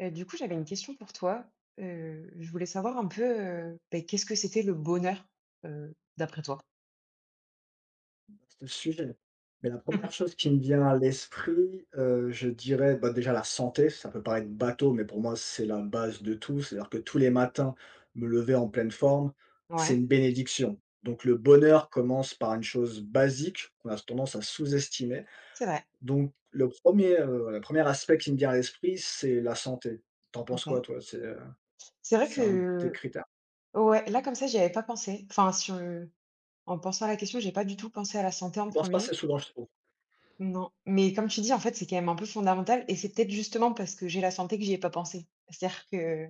J'avais une question pour toi. Je voulais savoir un peu, qu'est-ce que c'était le bonheur, d'après toi? Vaste sujet. Mais la première chose qui me vient à l'esprit, je dirais, bah, déjà la santé, ça peut paraître bateau, mais pour moi, c'est la base de tout. C'est-à-dire que tous les matins, me lever en pleine forme, c'est Ouais, une bénédiction. Donc le bonheur commence par une chose basique qu'on a tendance à sous-estimer. c'est vrai. Donc le premier aspect qui me vient à l'esprit, c'est la santé. T'en penses quoi OK. toi? C'est vrai C'est un des que critères? ouais, là, comme ça, j'y avais pas pensé. Enfin, sur, euh, en pensant à la question, j'ai pas du tout pensé à la santé en Je pense pas assez premier. souvent, je trouve. Non, mais comme tu dis, en fait, c'est quand même un peu fondamental et c'est peut-être justement parce que j'ai la santé que j'y ai pas pensé. C'est-à-dire que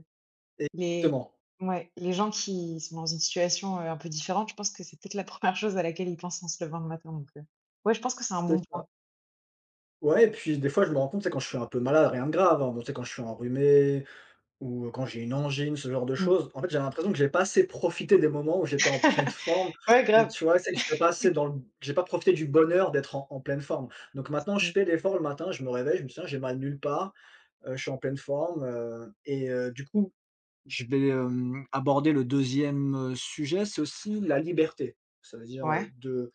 les Exactement, ouais, les gens qui sont dans une situation, un peu différente, je pense que c'est peut-être la première chose à laquelle ils pensent en se levant le matin, donc ouais, je pense que c'est un bon c'est ça. point. Ouais, et puis des fois je me rends compte, c'est quand je suis un peu malade, rien de grave, hein, bon, tu sais, quand je suis enrhumé ou quand j'ai une angine, ce genre de Mmh. choses, en fait, j'ai l'impression que j'ai pas assez profité des moments où j'étais en pleine forme. Ouais, Donc grave. tu vois, c'est que j'étais pas assez dans le j'ai pas profité du bonheur d'être en pleine forme. Donc maintenant, je Ouais. fais l'effort le matin, je me réveille, je me dis: «Tiens, j'ai mal nulle part, je suis en pleine forme», du coup, je vais, aborder le deuxième e sujet, c'est aussi la liberté. Ça veut dire, Ouais, de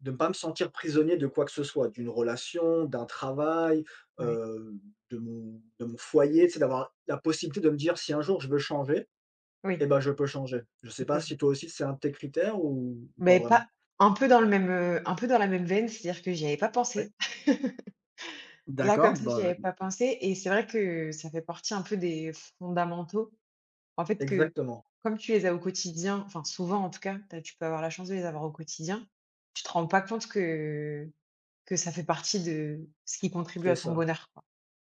de ne pas me sentir prisonnier de quoi que ce soit, d'une relation, d'un travail, ouais. heu, de mon foyer, tu sais, d'avoir la possibilité de me dire: «Si un jour je veux changer, et Oui, ben je peux changer». Je sais tu pas peux. si toi aussi c'est un de tes critères ou pas Mais vraiment? pas un peu dans le même, un peu dans la même veine, c'est-à-dire que j'y avais pas Oui? pensé. Là, comme D'accord, ça, j'y bah, avais pas pensé et c'est vrai que ça fait partie un peu des fondamentaux, en fait, que exactement, comme tu les as au quotidien, enfin, souvent en tout cas, tu peux avoir la chance de les avoir au quotidien, tu te rends pas compte que ça fait partie de ce qui contribue c'est à ton ça. bonheur, quoi.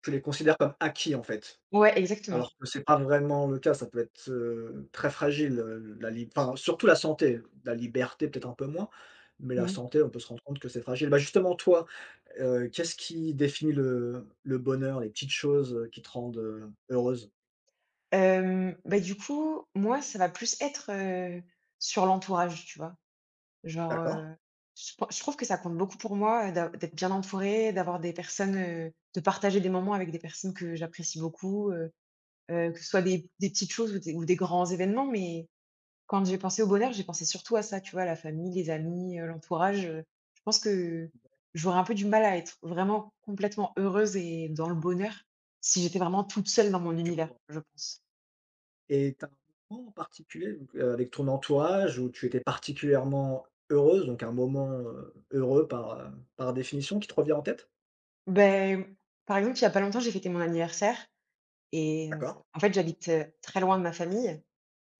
Tu les considères comme acquis, en fait. Ouais, exactement. Alors que c'est pas vraiment le cas, ça peut être, très fragile, la lib enfin, surtout la santé. La liberté peut-être un peu moins, mais la Mmh. santé, on peut se rendre compte que c'est fragile. Bah, justement toi, qu'est-ce qui définit le bonheur, les petites choses, qui te rendent, heureuse? Du coup, moi, ça va plus être, sur l'entourage, tu vois? Genre, D'accord. Je trouve que ça compte beaucoup pour moi, d'être bien entourée, d'avoir des personnes, de partager des moments avec des personnes que j'apprécie beaucoup, vas que ce soit des petites choses ou des grands événements, mais quand j'ai pensé au bonheur, j'ai pensé surtout à ça, tu vois? La famille, les amis, l'entourage, je pense que j'aurais un peu du mal à être vraiment complètement heureuse et dans le bonheur si j'étais vraiment toute seule dans mon Je univers, vois, je pense. et tu as un moment en particulier donc, avec ton entourage où tu étais particulièrement heureuse, donc un moment, heureux par, par définition qui te revient en tête? Ben par exemple, il y a pas longtemps, j'ai fêté mon anniversaire et D'accord. en fait, j'habite, très loin de ma famille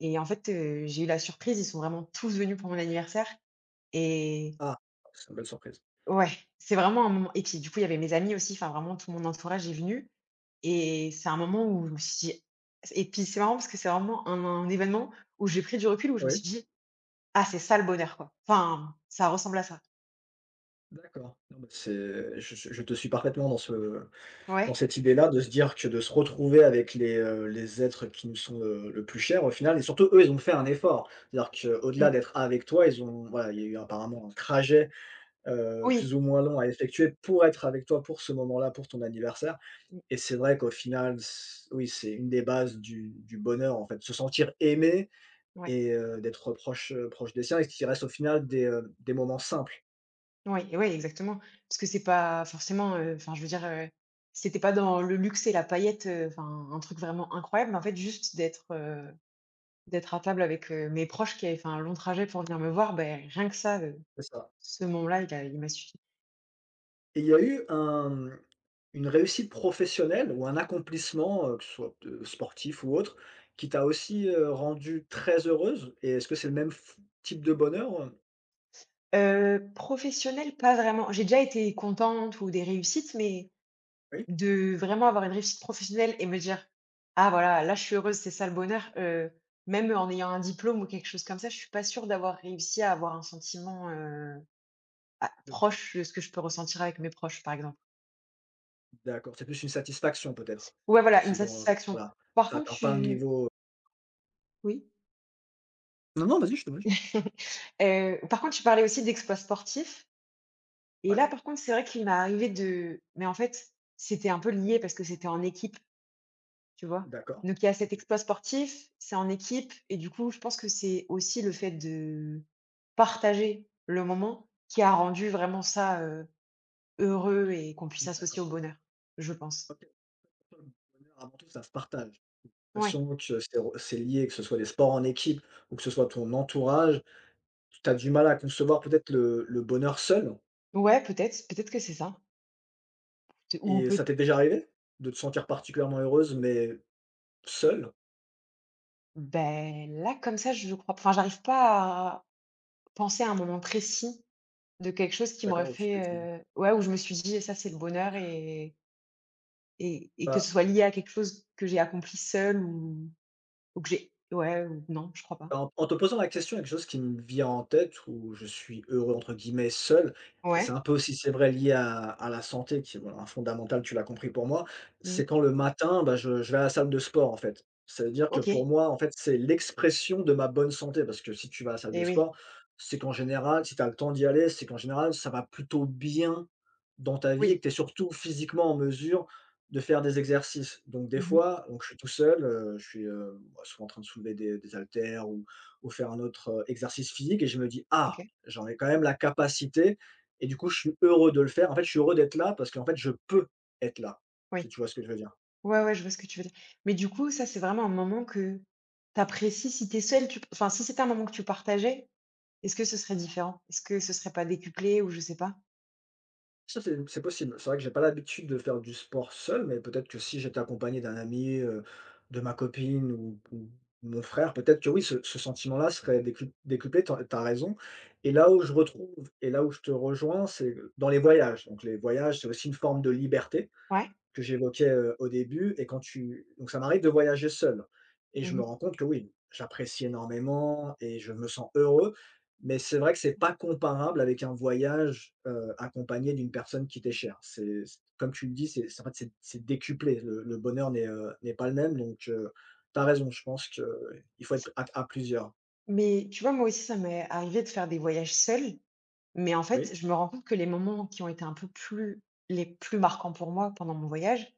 et en fait, j'ai eu la surprise, ils sont vraiment tous venus pour mon anniversaire et Ah, c'est une belle surprise. ouais, c'est vraiment un moment et puis, du coup, il y avait mes amis aussi, enfin, vraiment tout mon entourage est venu et c'est un moment où je me suis dit et puis, c'est marrant parce que c'est vraiment un événement où j'ai pris du recul, où je me suis Oui. dit: «Ah, c'est ça le bonheur, quoi». Enfin, ça ressemble à ça. D'accord. Non, bah, c'est je te suis parfaitement dans ce dans Ouais. cette idée-là, de se dire que de se retrouver avec les êtres qui nous sont le plus chers au final et surtout eux, ils ont fait un effort. C'est-à-dire Mmh. qu'au-delà d'être avec toi, ils ont voilà, il y a eu apparemment un trajet, plus Oui. ou moins long à effectuer pour être avec toi pour ce moment-là, pour ton anniversaire, Mmh, et c'est vrai qu'au final, s oui, c'est une des bases du bonheur, en fait. Se sentir aimé ouais. et d'être proche, proche des siens et ce qui reste au final des moments simples. Oui, oui, exactement. Parce que c'est pas forcément, enfin, je veux dire, c'était pas dans le luxe et la paillette, enfin, un truc vraiment incroyable, mais en fait, juste d'être, d'être à table avec, mes proches qui avaient fait un long trajet pour venir me voir, ben rien que ça, C'est ça. ce moment-là, il m'a suffi. Et il y a eu un une réussite professionnelle ou un accomplissement, que ce soit, sportif ou autre, qui t'a aussi, rendue très heureuse? Et est-ce que c'est le même f type de bonheur, heu? Professionnel, pas vraiment. J'ai déjà été contente ou des réussites, mais Oui? de vraiment avoir une réussite professionnelle et me dire: «Ah voilà, là, je suis heureuse, c'est ça le bonheur», même en ayant un diplôme ou quelque chose comme ça, je suis pas sûre d'avoir réussi à avoir un sentiment, Ah, De bonheur. proche de ce que je peux ressentir avec mes proches, par exemple. D'accord, c'est plus une satisfaction peut-être? Ouais, voilà, une C'est dans satisfaction. voilà, Par ça contre, n'atteint pas un tu niveau oui. non, non, vas-y, je te briefe. Par contre, tu parlais aussi d'exploits sportifs et Ouais, là, par contre, c'est vrai qu'il m'est arrivé de mais en fait, c'était un peu lié parce que c'était en équipe, tu vois? d'accord. Donc il y a cet exploit sportif, c'est en équipe et du coup, je pense que c'est aussi le fait de partager le moment qui a rendu vraiment ça, heureux et qu'on puisse associer D'accord. au bonheur, je pense. OK, pour toi le bonheur avant tout ça se partage. J'ai Ouais. l'impression que c'est lié, que ce soit des sports en équipe ou que ce soit ton entourage, tu as du mal à concevoir peut-être le bonheur seul Ouais, peut-être, peut-être que c'est ça. T ou et ça peut t'est déjà arrivé de te sentir particulièrement heureuse, mais seule? Ben là, comme ça, je crois enfin, j'arrive pas à penser à un moment précis de quelque chose qui m'aurait D'accord, où tu t'es dit: fait, ouais, où je me suis dit: «Ça, c'est le bonheur» et et que «Bah, ce soit lié à quelque chose que j'ai accompli seule ou que j'ai ouais, ou non, je crois pas. en en te posant la question, il y a quelque chose qui me vient en tête où je suis "heureux" entre guillemets seul et c'est un Ouais. peu aussi, c'est vrai, lié à la santé qui est, voilà, un fondamental, tu l'as compris pour moi. C'est Mmh. quand le matin, bah, je vais à la salle de sport, en fait. Ça veut dire que pour OK. moi, en fait, c'est l'expression de ma bonne santé parce que si tu vas à la salle de Et oui. sport, c'est qu'en général, si tu as le temps d'y aller, c'est qu'en général, ça va plutôt bien dans ta vie et Oui. que tu es surtout physiquement en mesure de faire des exercices. Donc des Mmh. fois, donc je suis tout seul, je suis, bah, souvent en train de soulever des haltères ou faire un autre exercice physique et je me dis: «Ah, OK. j'en ai quand même la capacité» et du coup, je suis heureux de le faire. En fait, je suis heureux d'être là parce qu'en fait, je peux être là, Oui. si tu vois ce que je veux dire? Ouais, ouais, je vois ce que tu veux dire. Mais du coup, ça, c'est vraiment un moment que t'apprécies si t'es es seule, tu enfin, si c'était un moment que tu partageais, est-ce que ce serait différent? Est-ce que ce serait pas décuplé ou je sais pas? Ça, c'est possible. C'est vrai que j'ai pas l'habitude de faire du sport seul, mais peut-être que si j'étais accompagné d'un ami, de ma copine ou mon frère, peut-être que oui, ce sentiment-là serait décuplé, t'as as raison et là où je te rejoins, c'est dans les voyages. Donc les voyages, c'est aussi une forme de liberté. Ouais? Que j'évoquais, au début et quand tu donc ça m'arrive de voyager seul et je me Mmh. rends compte que oui, j'apprécie énormément et je me sens heureux, mais c'est vrai que c'est pas comparable avec un voyage, accompagné d'une personne qui t'est chère. C'est c Comme tu le dis, c'est en fait, c'est décuplé. Le bonheur n'est pas le même donc tu as raison, je pense qu'il faut être à plusieurs. Mais tu vois, moi aussi, ça m'est arrivé de faire des voyages seuls, mais en fait, Oui? je me rends compte que les moments qui ont été un peu plus les plus marquants pour moi pendant mon voyage,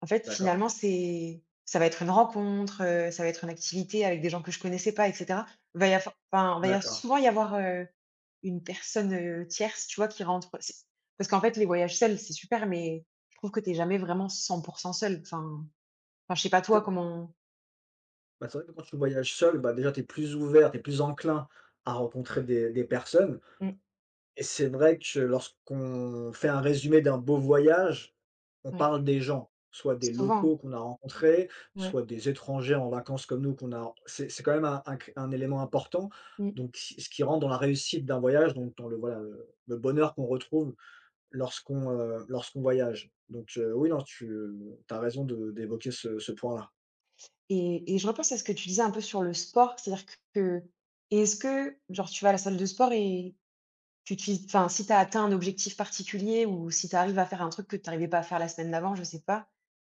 en fait, D'accord, finalement, c'est ça va être une rencontre, ça va être une activité avec des gens que je connaissais pas et cetera. Il va y avoir enfin, il va y avoir d'accord. souvent y avoir, une personne, tierce, tu vois, qui rentre c'est parce qu'en fait, les voyages seuls, c'est super, mais je trouve que t'es jamais vraiment cent pour 100 seul. Enfin enfin, je sais pas C'est toi vrai. comment Bah, c'est vrai que quand tu voyages seul, bah, déjà, tu es plus ouvert, tu es plus enclin à rencontrer des personnes. mmh, Et c'est vrai que lorsqu'on fait un résumé d'un beau voyage, on ouais, parle des gens, soit des souvent, locaux qu'on a rencontrés, ouais. soit des étrangers en vacances comme nous qu'on a c'est quand même un cr un élément important, Mmh. donc ce qui rend dans la réussite d'un voyage, donc dans le voilà, le bonheur qu'on retrouve lorsqu'on, lorsqu'on voyage, donc oui, non, tu tu as raison de d'évoquer ce point-là. Et je repense à ce que tu disais un peu sur le sport, c'est-à-dire que et est-ce que, genre, tu vas à la salle de sport et tu utilises enfin, si tu as atteint un objectif particulier ou si tu arrives à faire un truc que tu arrivais pas à faire la semaine d'avant, je sais pas,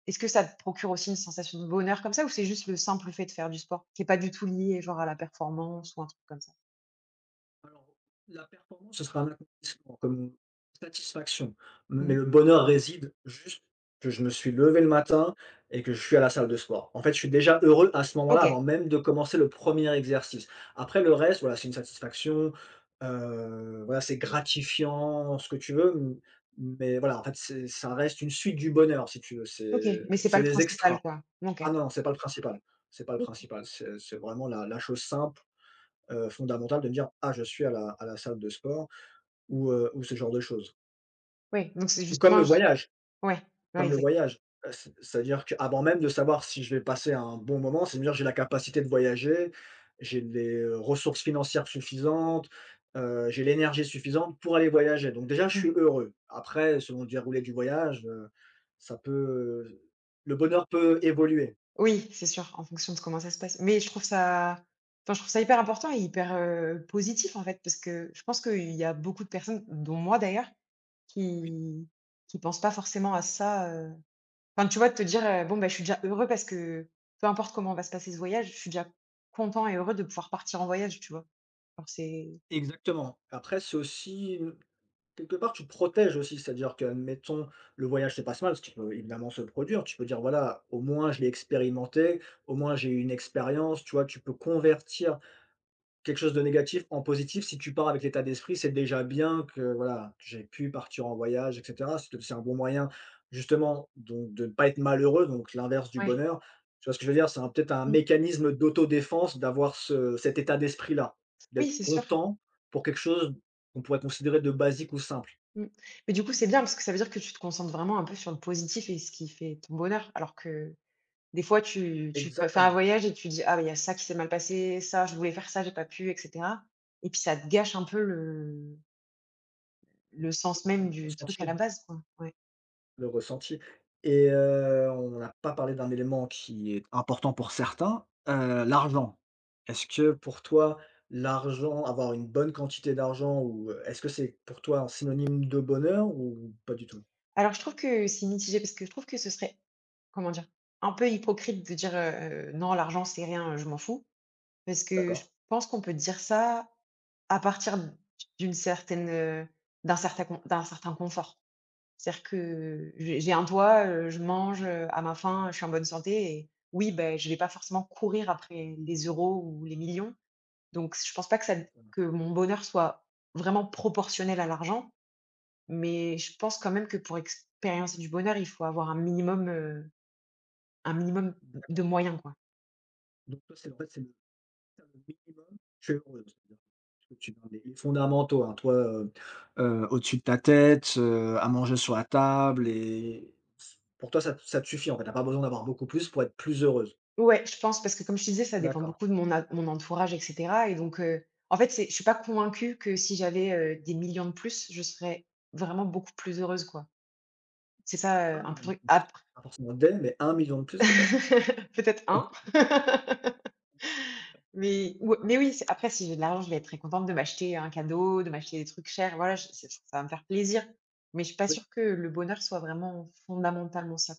est-ce que ça te procure aussi une sensation de bonheur comme ça ou c'est juste le simple fait de faire du sport qui est pas du tout lié, genre, à la performance ou un truc comme ça? Alors, la performance, ce sera un accomplissement, comme une satisfaction. Mais Mmh. le bonheur réside juste que je me suis levé le matin et que je suis à la salle de sport. En fait, je suis déjà heureux à ce moment-là, OK, avant même de commencer le premier exercice. Après, le reste, voilà, c'est une satisfaction, voilà, c'est gratifiant, ce que tu veux, m mais voilà, en fait, c'est ça reste une suite du bonheur, si tu veux. OK, C'est mais c'est pas le des extras. principal, quoi? OK. Ah non, non, c'est pas le principal. C'est pas le principal. C'est vraiment la chose simple fondamentale de me dire: «Ah, je suis à la salle de sport» ou ce genre de choses. Oui, donc c'est Ou comme le justement voyage ouais, ouais, comme le exact. voyage, c'est c'est-à-dire qu'avant même de savoir si je vais passer un bon moment, c'est de me dire: «J'ai la capacité de voyager, j'ai les, ressources financières suffisantes, j'ai l'énergie suffisante pour aller voyager». Donc déjà je suis Mmh. heureux. Après selon le déroulé du voyage, ça peut, le bonheur peut évoluer. Oui, c'est sûr, en fonction de comment ça se passe. Mais je trouve ça enfin, je trouve ça hyper important et hyper, positif, en fait, parce que je pense qu'il y a beaucoup de personnes, dont moi d'ailleurs, Oui. qui qui pensent pas forcément à ça, enfin, tu vois, de te dire, «Bon, bah, je suis déjà heureux parce que peu importe comment va se passer ce voyage, je suis déjà content et heureux de pouvoir partir en voyage», tu vois? Alors c'est Exactement. Après c'est aussi quelque part, tu protèges aussi, c'est-à-dire que admettons le voyage se passe mal, ce qui peut évidemment se produire, tu peux dire: «Voilà, au moins je l'ai expérimenté, au moins j'ai eu une expérience», tu vois? Tu peux convertir quelque chose de négatif en positif si tu pars avec l'état d'esprit: «C'est déjà bien que voilà, j'ai pu partir en voyage» et cetera. C'est un bon moyen justement donc de ne pas être malheureux, donc l'inverse du ouais, bonheur. Tu vois ce que je veux dire? C'est un peut-être un mmh, mécanisme d'autodéfense d'avoir ce cet état d'esprit-là, oui, d'être c'est sûr, content pour quelque chose qu'on pourrait considérer de basique ou simple. mmh. Mais du coup, c'est bien parce que ça veut dire que tu te concentres vraiment un peu sur le positif et ce qui fait ton bonheur alors que des fois, tu peux faire un Exactement. voyage et tu dis: «Ah, bah, il y a ça qui s'est mal passé, ça, je voulais faire ça, j'ai pas pu» et cetera et puis ça te gâche un peu le Oui, sens voilà, même le du truc à la ressenti, base, quoi, ouais. le ressenti et on n'a pas parlé d'un élément qui est important pour certains, l'argent. Est-ce que pour toi, l'argent avoir une bonne quantité d'argent ou est-ce que c'est pour toi un synonyme de bonheur ou pas du tout? Alors je trouve que c'est mitigé parce que je trouve que ce serait, comment dire? Un peu hypocrite de dire, «Non, l'argent, c'est rien, je m'en fous» parce que D'accord. je pense qu'on peut dire ça à partir d'une certaine, d'un certain confort. C'est-à-dire que j'ai un toit, je mange, à ma faim, je suis en bonne santé et oui, ben je vais pas forcément courir après les euros ou les millions. Donc je pense pas que ça que mon bonheur soit vraiment proportionnel à l'argent, mais je pense quand même que pour expériencer du bonheur, il faut avoir un minimum de D'accord. moyens, quoi. Donc toi, c'est minimum, je suis heureux, c'est-à-dire que tu donnes les fondamentaux, hein, toi, au-dessus de ta tête, à manger sur la table et s pour toi, ça te suffit, en fait, tu as pas besoin d'avoir beaucoup plus pour être plus heureuse. Ouais, je pense parce que comme je te disais, ça dépend D'accord. beaucoup de mon entourage et cetera et donc en fait, c'est je suis pas convaincue que si j'avais, des millions de plus, je serais vraiment beaucoup plus heureuse, quoi. C'est ça, Un un peu le million de truc. plus. Après Pas forcément des, mais un million de plus peut-être? peut-être Ah. un Mais ou mais oui, c'est après si j'ai de l'argent, je vais être très contente de m'acheter un cadeau, de m'acheter des trucs chers, voilà, je c'est ça va me faire plaisir. Mais je suis pas Oui, sûre que le bonheur soit vraiment fondamentalement ça.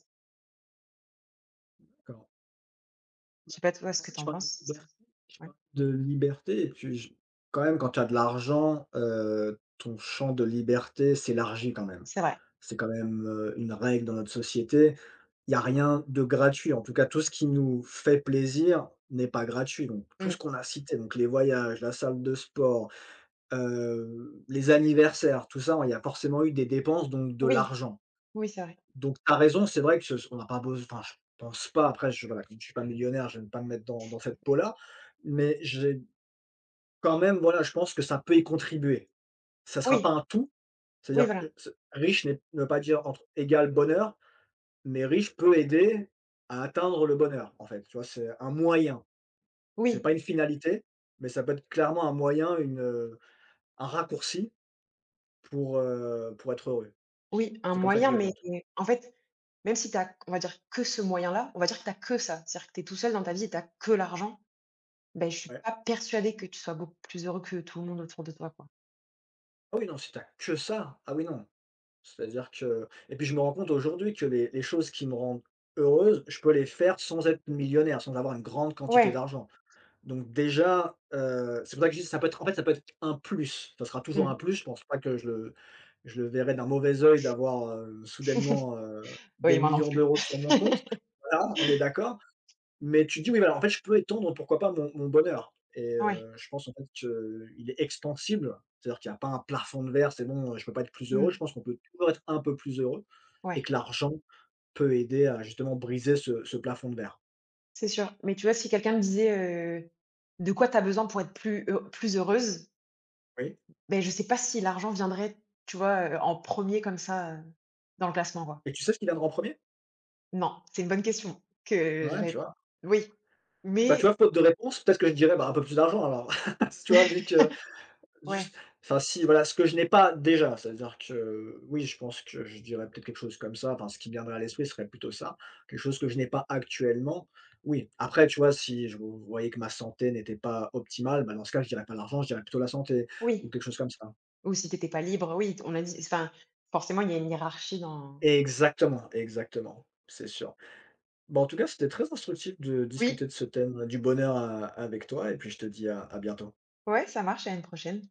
d'accord. Je Bah, sais pas toi ce en que fait, tu en penses? Si je ouais, parlais de liberté, et puis je quand même, quand tu as de l'argent, ton champ de liberté s'élargit quand même. c'est vrai. C'est quand même, une règle dans notre société. Il y a rien de gratuit. En tout cas, tout ce qui nous fait plaisir n'est pas gratuit. Donc tout Mmh. ce qu'on a cité, donc les voyages, la salle de sport, les anniversaires, tout ça, il y a forcément eu des dépenses, donc de Oui, l'argent. oui, c'est vrai. Donc tu as raison, c'est vrai que ce on n'a pas besoin. Enfin, je pense pas, après je voilà, comme je suis pas millionnaire, je ne vais pas me mettre dans cette peau-là, mais j'ai quand même, voilà, je pense que ça peut y contribuer. Ça sera pas Oui, un tout, oui, c'est-à-dire que, voilà. Riche n'est ne veut pas dire entre égal bonheur, mais riche peut aider à atteindre le bonheur, en fait, tu vois? C'est un moyen, c'est Oui, pas une finalité, mais ça peut être clairement un moyen, une, un raccourci pour être heureux. oui, un C'est comme ça que je moyen, le vois, mais en tout cas. en fait, même si tu as, on va dire, que ce moyen-là, on va dire que tu que ça. C'est-à-dire que tu es tout seul dans ta vie et tu que l'argent. Ben je suis Ouais. pas persuadée que tu sois beaucoup plus heureux que tout le monde autour de toi, quoi. Ah oui, non, si tu que ça, ah oui, non. C'est-à-dire que et puis je me rends compte aujourd'hui que les choses qui me rendent heureuse, je peux les faire sans être millionnaire, sans avoir une grande quantité Ouais, d'argent. Donc déjà, c'est pour ça que je dis ça peut être un plus. Ça sera toujours un mmh. plus, je pense pas que je le verrai d'un mauvais œil d'avoir, soudainement, des Oui, moi non millions plus. d'euros sur mon compte. Voilà, on est d'accord. Mais tu te dis: «Oui, voilà, en fait, je peux étendre pourquoi pas mon bonheur» et Ouais, je pense en fait qu'il est extensible. C'est-à-dire qu'il n'y a pas un plafond de verre, c'est bon, je peux pas être plus heureux. mmh, Je pense qu'on peut toujours être un peu plus heureux et ouais, que l'argent peut aider à justement briser ce plafond de verre. c'est sûr. Mais tu vois, si quelqu'un me disait, heu: «De quoi tu as besoin pour être plus plus heureuse?» Oui, ben je sais pas si l'argent viendrait, tu vois, en premier comme ça, dans le classement, quoi. et tu sais ce qui viendra en premier? Non, c'est une bonne question que Ouais, tu j'avais vois? oui, Bah, tu vois, mais faute de réponse, peut-être que je dirais: «Bah, un peu plus d'argent alors». Tu vois, vu que ouais, juste enfin si, voilà, ce que je n'ai pas déjà, c'est-à-dire que oui, je pense que je dirais peut-être quelque chose comme ça, enfin ce qui me viendrait à l'esprit serait plutôt ça, quelque chose que je n'ai pas actuellement. Oui, après, tu vois, si je voyais que ma santé n'était pas optimale, bah, dans ce cas, je dirais pas l'argent, je dirais plutôt la santé ou oui, quelque chose comme ça. ou si t'étais pas libre, oui, on a dit enfin, forcément, il y a une hiérarchie dans Exactement, exactement, c'est sûr. Bon, en tout cas, c'était très instructif de discuter oui, de ce thème du bonheur a avec toi, et puis je te dis à bientôt. ouais, ça marche, à une prochaine.